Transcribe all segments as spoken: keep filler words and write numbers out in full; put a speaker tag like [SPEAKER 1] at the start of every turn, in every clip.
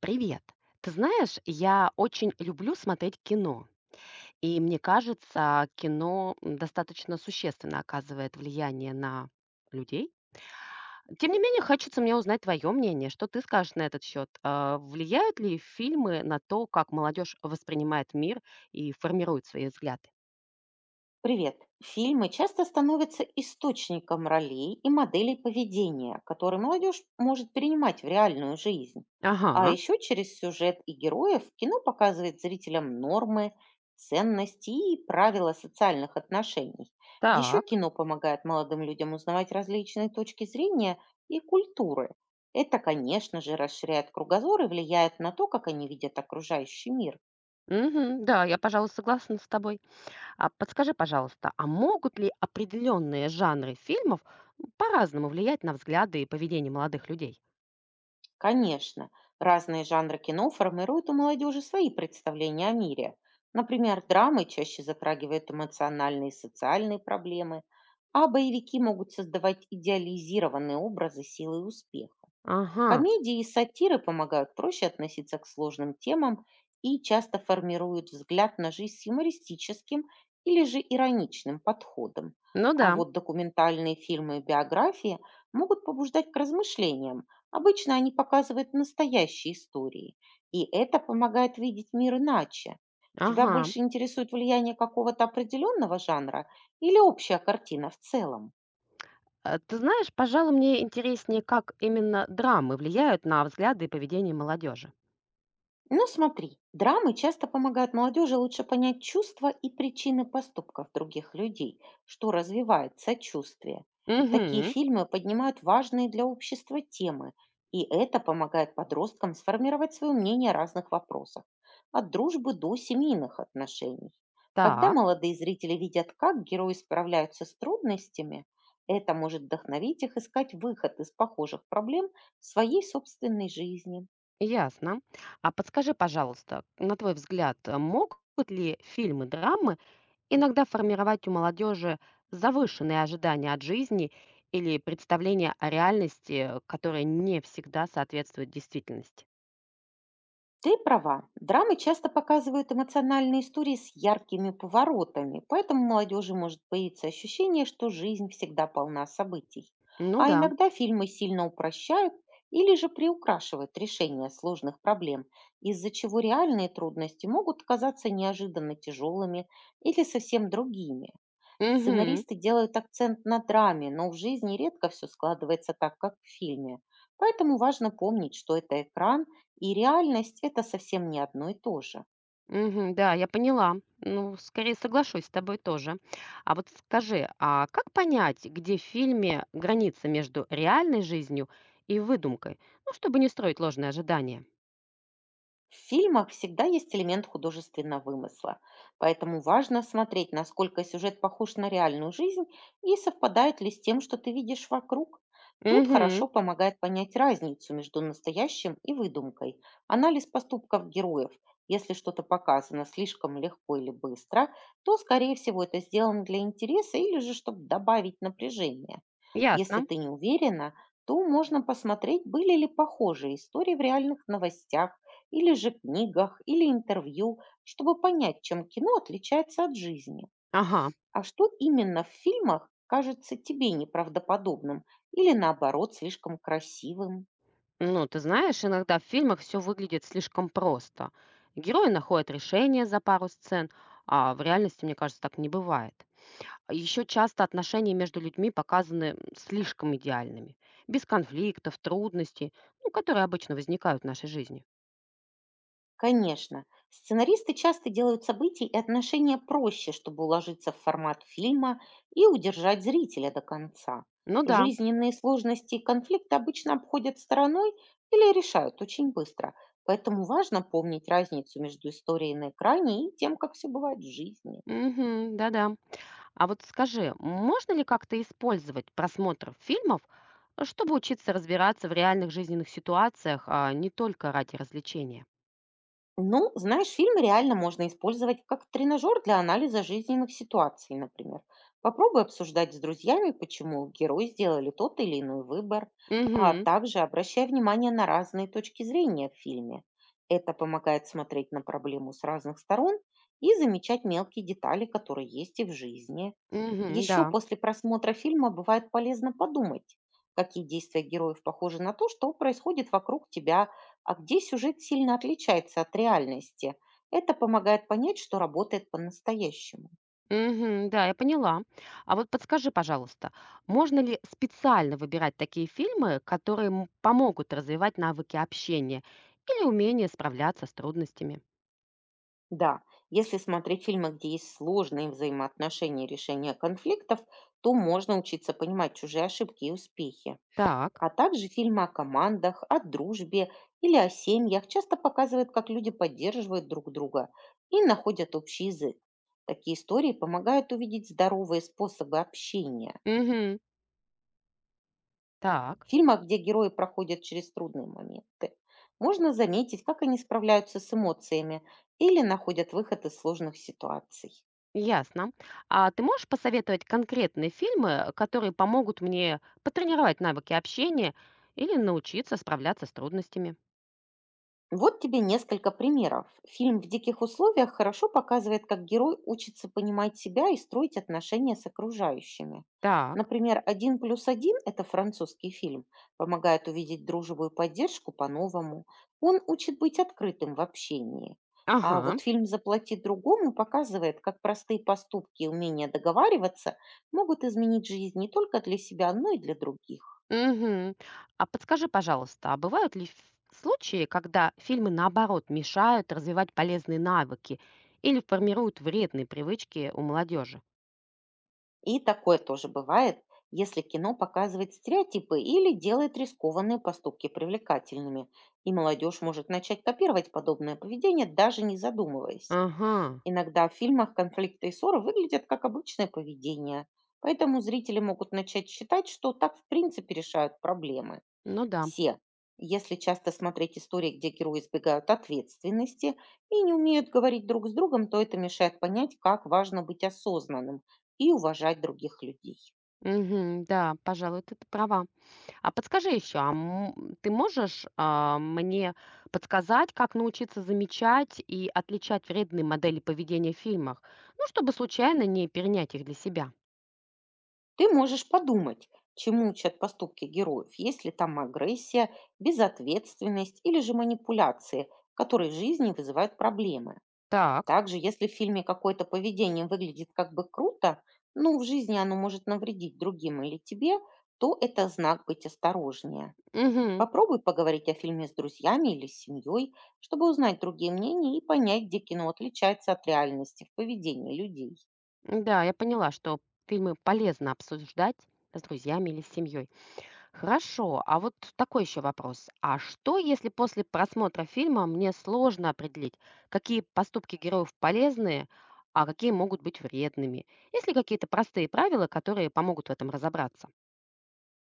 [SPEAKER 1] Привет. Ты знаешь, я очень люблю смотреть кино. И мне кажется, кино м, достаточно существенно оказывает влияние на людей. Тем не менее, хочется мне узнать твое мнение. Что ты скажешь на этот счет? А, влияют ли фильмы на то, как молодежь воспринимает мир и формирует свои взгляды?
[SPEAKER 2] Привет. Фильмы часто становятся источником ролей и моделей поведения, которые молодежь может перенимать в реальную жизнь. А
[SPEAKER 1] Ага,
[SPEAKER 2] еще через сюжет и героев кино показывает зрителям нормы, ценности и правила социальных отношений. Еще
[SPEAKER 1] так.
[SPEAKER 2] кино помогает молодым людям узнавать различные точки зрения и культуры. Это, конечно же, расширяет кругозор и влияет на то, как они видят окружающий мир.
[SPEAKER 1] Мгм, да, я, пожалуй, согласна с тобой. А подскажи, пожалуйста, а могут ли определенные жанры фильмов по-разному влиять на взгляды и поведение молодых людей?
[SPEAKER 2] Конечно, разные жанры кино формируют у молодежи свои представления о мире. Например, драмы чаще затрагивают эмоциональные и социальные проблемы, а боевики могут создавать идеализированные образы силы и успеха.
[SPEAKER 1] Ага,
[SPEAKER 2] Комедии и сатиры помогают проще относиться к сложным темам и часто формируют взгляд на жизнь с юмористическим или же ироничным подходом.
[SPEAKER 1] ну да,
[SPEAKER 2] А вот документальные фильмы и биографии могут побуждать к размышлениям. Обычно они показывают настоящие истории, и это помогает видеть мир иначе. Тебя
[SPEAKER 1] ага.
[SPEAKER 2] больше интересует влияние какого-то определенного жанра или общая картина в целом?
[SPEAKER 1] Э, Ты знаешь, пожалуй, мне интереснее, как именно драмы влияют на взгляды и поведение молодежи.
[SPEAKER 2] Ну смотри, драмы часто помогают молодежи лучше понять чувства и причины поступков других людей, что развивает сочувствие. Такие
[SPEAKER 1] Угу,
[SPEAKER 2] фильмы поднимают важные для общества темы, и это помогает подросткам сформировать свое мнение о разных вопросах, от дружбы до семейных отношений. Когда
[SPEAKER 1] так,
[SPEAKER 2] молодые зрители видят, как герои справляются с трудностями, это может вдохновить их искать выход из похожих проблем в своей собственной жизни.
[SPEAKER 1] ясно. А подскажи, пожалуйста, на твой взгляд, э, могут ли фильмы-драмы иногда формировать у молодежи завышенные ожидания от жизни или представления о реальности, которая не всегда соответствует действительности.
[SPEAKER 2] Ты права. Драмы часто показывают эмоциональные истории с яркими поворотами, поэтому у молодежи может появиться ощущение, что жизнь всегда полна событий.
[SPEAKER 1] Ну
[SPEAKER 2] А
[SPEAKER 1] да.
[SPEAKER 2] иногда фильмы сильно упрощают или же приукрашивают решение сложных проблем, из-за чего реальные трудности могут казаться неожиданно тяжелыми или совсем другими.
[SPEAKER 1] Угу.
[SPEAKER 2] Сценаристы делают акцент на драме, но в жизни редко все складывается так, как в фильме. Поэтому важно помнить, что это экран, и реальность это совсем не одно и то же.
[SPEAKER 1] Угу, да, я поняла. Ну, скорее соглашусь с тобой тоже. А вот скажи, а как понять, где в фильме граница между реальной жизнью и выдумкой? Ну, чтобы не строить ложные ожидания.
[SPEAKER 2] В фильмах всегда есть элемент художественного вымысла, поэтому важно смотреть, насколько сюжет похож на реальную жизнь и совпадает ли с тем, что ты видишь вокруг. Тут хорошо
[SPEAKER 1] Угу.
[SPEAKER 2] помогает понять разницу между настоящим и выдумкой. Анализ поступков героев. Если что-то показано слишком легко или быстро, то, скорее всего, это сделано для интереса или же, чтобы добавить напряжение. Если
[SPEAKER 1] Ясно.
[SPEAKER 2] ты не уверена, то можно посмотреть, были ли похожие истории в реальных новостях или же книгах, или интервью, чтобы понять, чем кино отличается от жизни.
[SPEAKER 1] Ага.
[SPEAKER 2] А что именно в фильмах кажется тебе неправдоподобным или наоборот слишком красивым?
[SPEAKER 1] Ну, ты знаешь, иногда в фильмах все выглядит слишком просто. Герои находят решение за пару сцен, а в реальности, мне кажется, так не бывает. Еще часто отношения между людьми показаны м, слишком идеальными, без конфликтов, трудностей, ну, которые обычно возникают в нашей жизни.
[SPEAKER 2] Конечно. Сценаристы часто делают события и отношения проще, чтобы уложиться в формат фильма и удержать зрителя до конца.
[SPEAKER 1] Ну да,
[SPEAKER 2] Жизненные сложности и конфликты обычно обходят стороной или решают очень быстро. Поэтому важно помнить разницу между историей на экране и тем, как все бывает в жизни.
[SPEAKER 1] мгм, да-да. А вот скажи, можно ли как-то использовать просмотр фильмов, э, чтобы учиться разбираться в реальных жизненных ситуациях, а не только ради развлечения?
[SPEAKER 2] Ну, знаешь, фильмы реально можно использовать как тренажер для анализа жизненных ситуаций, например. Попробуй обсуждать с друзьями, почему герои сделали тот или иной выбор, а
[SPEAKER 1] Угу,
[SPEAKER 2] также обращай внимание на разные точки зрения в фильме. Это помогает смотреть на проблему с разных сторон и замечать мелкие детали, которые есть и в жизни.
[SPEAKER 1] угу,
[SPEAKER 2] Еще
[SPEAKER 1] да.
[SPEAKER 2] после просмотра фильма бывает полезно подумать, какие действия героев похожи на то, что происходит вокруг тебя, а где сюжет сильно отличается от реальности. Это помогает понять, что работает по-настоящему.
[SPEAKER 1] Мгм, да, я поняла. А вот подскажи, пожалуйста, можно ли специально выбирать такие фильмы, которые м- помогут развивать навыки общения или умение справляться с трудностями?
[SPEAKER 2] Да, если смотреть фильмы, где есть сложные взаимоотношения и решения конфликтов, то можно учиться понимать чужие ошибки и успехи.
[SPEAKER 1] Так.
[SPEAKER 2] А также фильмы о командах, о дружбе или о семьях часто показывают, как люди поддерживают друг друга и находят общий язык. Такие истории помогают увидеть здоровые способы общения.
[SPEAKER 1] Мгм.
[SPEAKER 2] В
[SPEAKER 1] Так.
[SPEAKER 2] фильмах, где герои проходят через трудные моменты, можно заметить, как они справляются с эмоциями или находят выход из сложных ситуаций.
[SPEAKER 1] Ясно. А ты можешь посоветовать конкретные фильмы, которые помогут мне потренировать навыки общения или научиться справляться с трудностями?
[SPEAKER 2] Вот тебе несколько примеров. Фильм «В диких условиях» хорошо показывает, как герой учится понимать себя и строить отношения с окружающими.
[SPEAKER 1] Так.
[SPEAKER 2] Например, «Один плюс один» – это французский фильм, помогает увидеть дружбу и поддержку по-новому. Он учит быть открытым в общении. А
[SPEAKER 1] Ага.
[SPEAKER 2] вот фильм «Заплати другому» показывает, как простые поступки и умение договариваться могут изменить жизнь не только для себя, но и для других.
[SPEAKER 1] Мгм. А подскажи, пожалуйста, а бывают ли ф- случаи, когда фильмы наоборот мешают развивать полезные навыки или формируют вредные привычки у молодежи?
[SPEAKER 2] И такое тоже бывает, если кино показывает стереотипы или делает рискованные поступки привлекательными, и молодежь может начать копировать подобное поведение, даже не задумываясь.
[SPEAKER 1] Ага,
[SPEAKER 2] Иногда в фильмах конфликты и ссоры выглядят как обычное поведение, поэтому зрители могут начать считать, что так в принципе решают проблемы.
[SPEAKER 1] ну да.
[SPEAKER 2] Все. Если часто смотреть истории, где герои избегают ответственности и не умеют говорить друг с другом, то это мешает понять, как важно быть осознанным и уважать других людей.
[SPEAKER 1] Мгм, да, пожалуй, ты ты права. А подскажи еще, а м, ты можешь, а, мне подсказать, как научиться замечать и отличать вредные модели поведения в фильмах, ну, чтобы случайно не перенять их для себя?
[SPEAKER 2] Ты можешь подумать, чему учат поступки героев, если там агрессия, безответственность или же манипуляции, которые в жизни вызывают проблемы.
[SPEAKER 1] Так.
[SPEAKER 2] Также, если в фильме какое-то поведение выглядит как бы круто, но в жизни оно может навредить другим или тебе, то это знак быть осторожнее.
[SPEAKER 1] Мгм.
[SPEAKER 2] Попробуй поговорить о фильме с друзьями или с семьей, чтобы узнать другие мнения и понять, где кино отличается от реальности в поведении людей.
[SPEAKER 1] Да, я поняла, что фильмы полезно обсуждать с друзьями или с семьей. Хорошо, а вот такой еще вопрос. А что, если после просмотра фильма мне сложно определить, какие поступки героев полезные, а какие могут быть вредными? Есть ли какие-то простые правила, которые помогут в этом разобраться?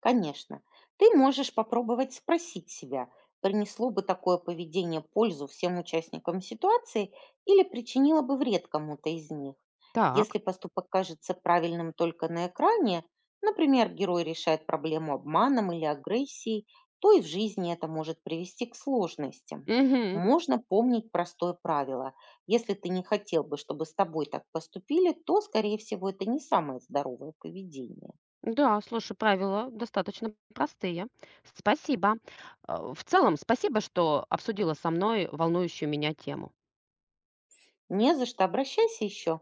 [SPEAKER 2] Конечно, ты можешь попробовать спросить себя, принесло бы такое поведение пользу всем участникам ситуации или причинило бы вред кому-то из них. Если
[SPEAKER 1] Так.
[SPEAKER 2] поступок кажется правильным только на экране, например, герой решает проблему обманом или агрессией, то и в жизни это может привести к сложностям.
[SPEAKER 1] Угу.
[SPEAKER 2] Можно помнить простое правило. Если ты не хотел бы, чтобы с тобой так поступили, то, скорее всего, это не самое здоровое поведение.
[SPEAKER 1] Да, слушай, правила достаточно простые. Спасибо. Э, В целом, спасибо, что обсудила со мной волнующую меня тему.
[SPEAKER 2] Не за что, обращайся еще.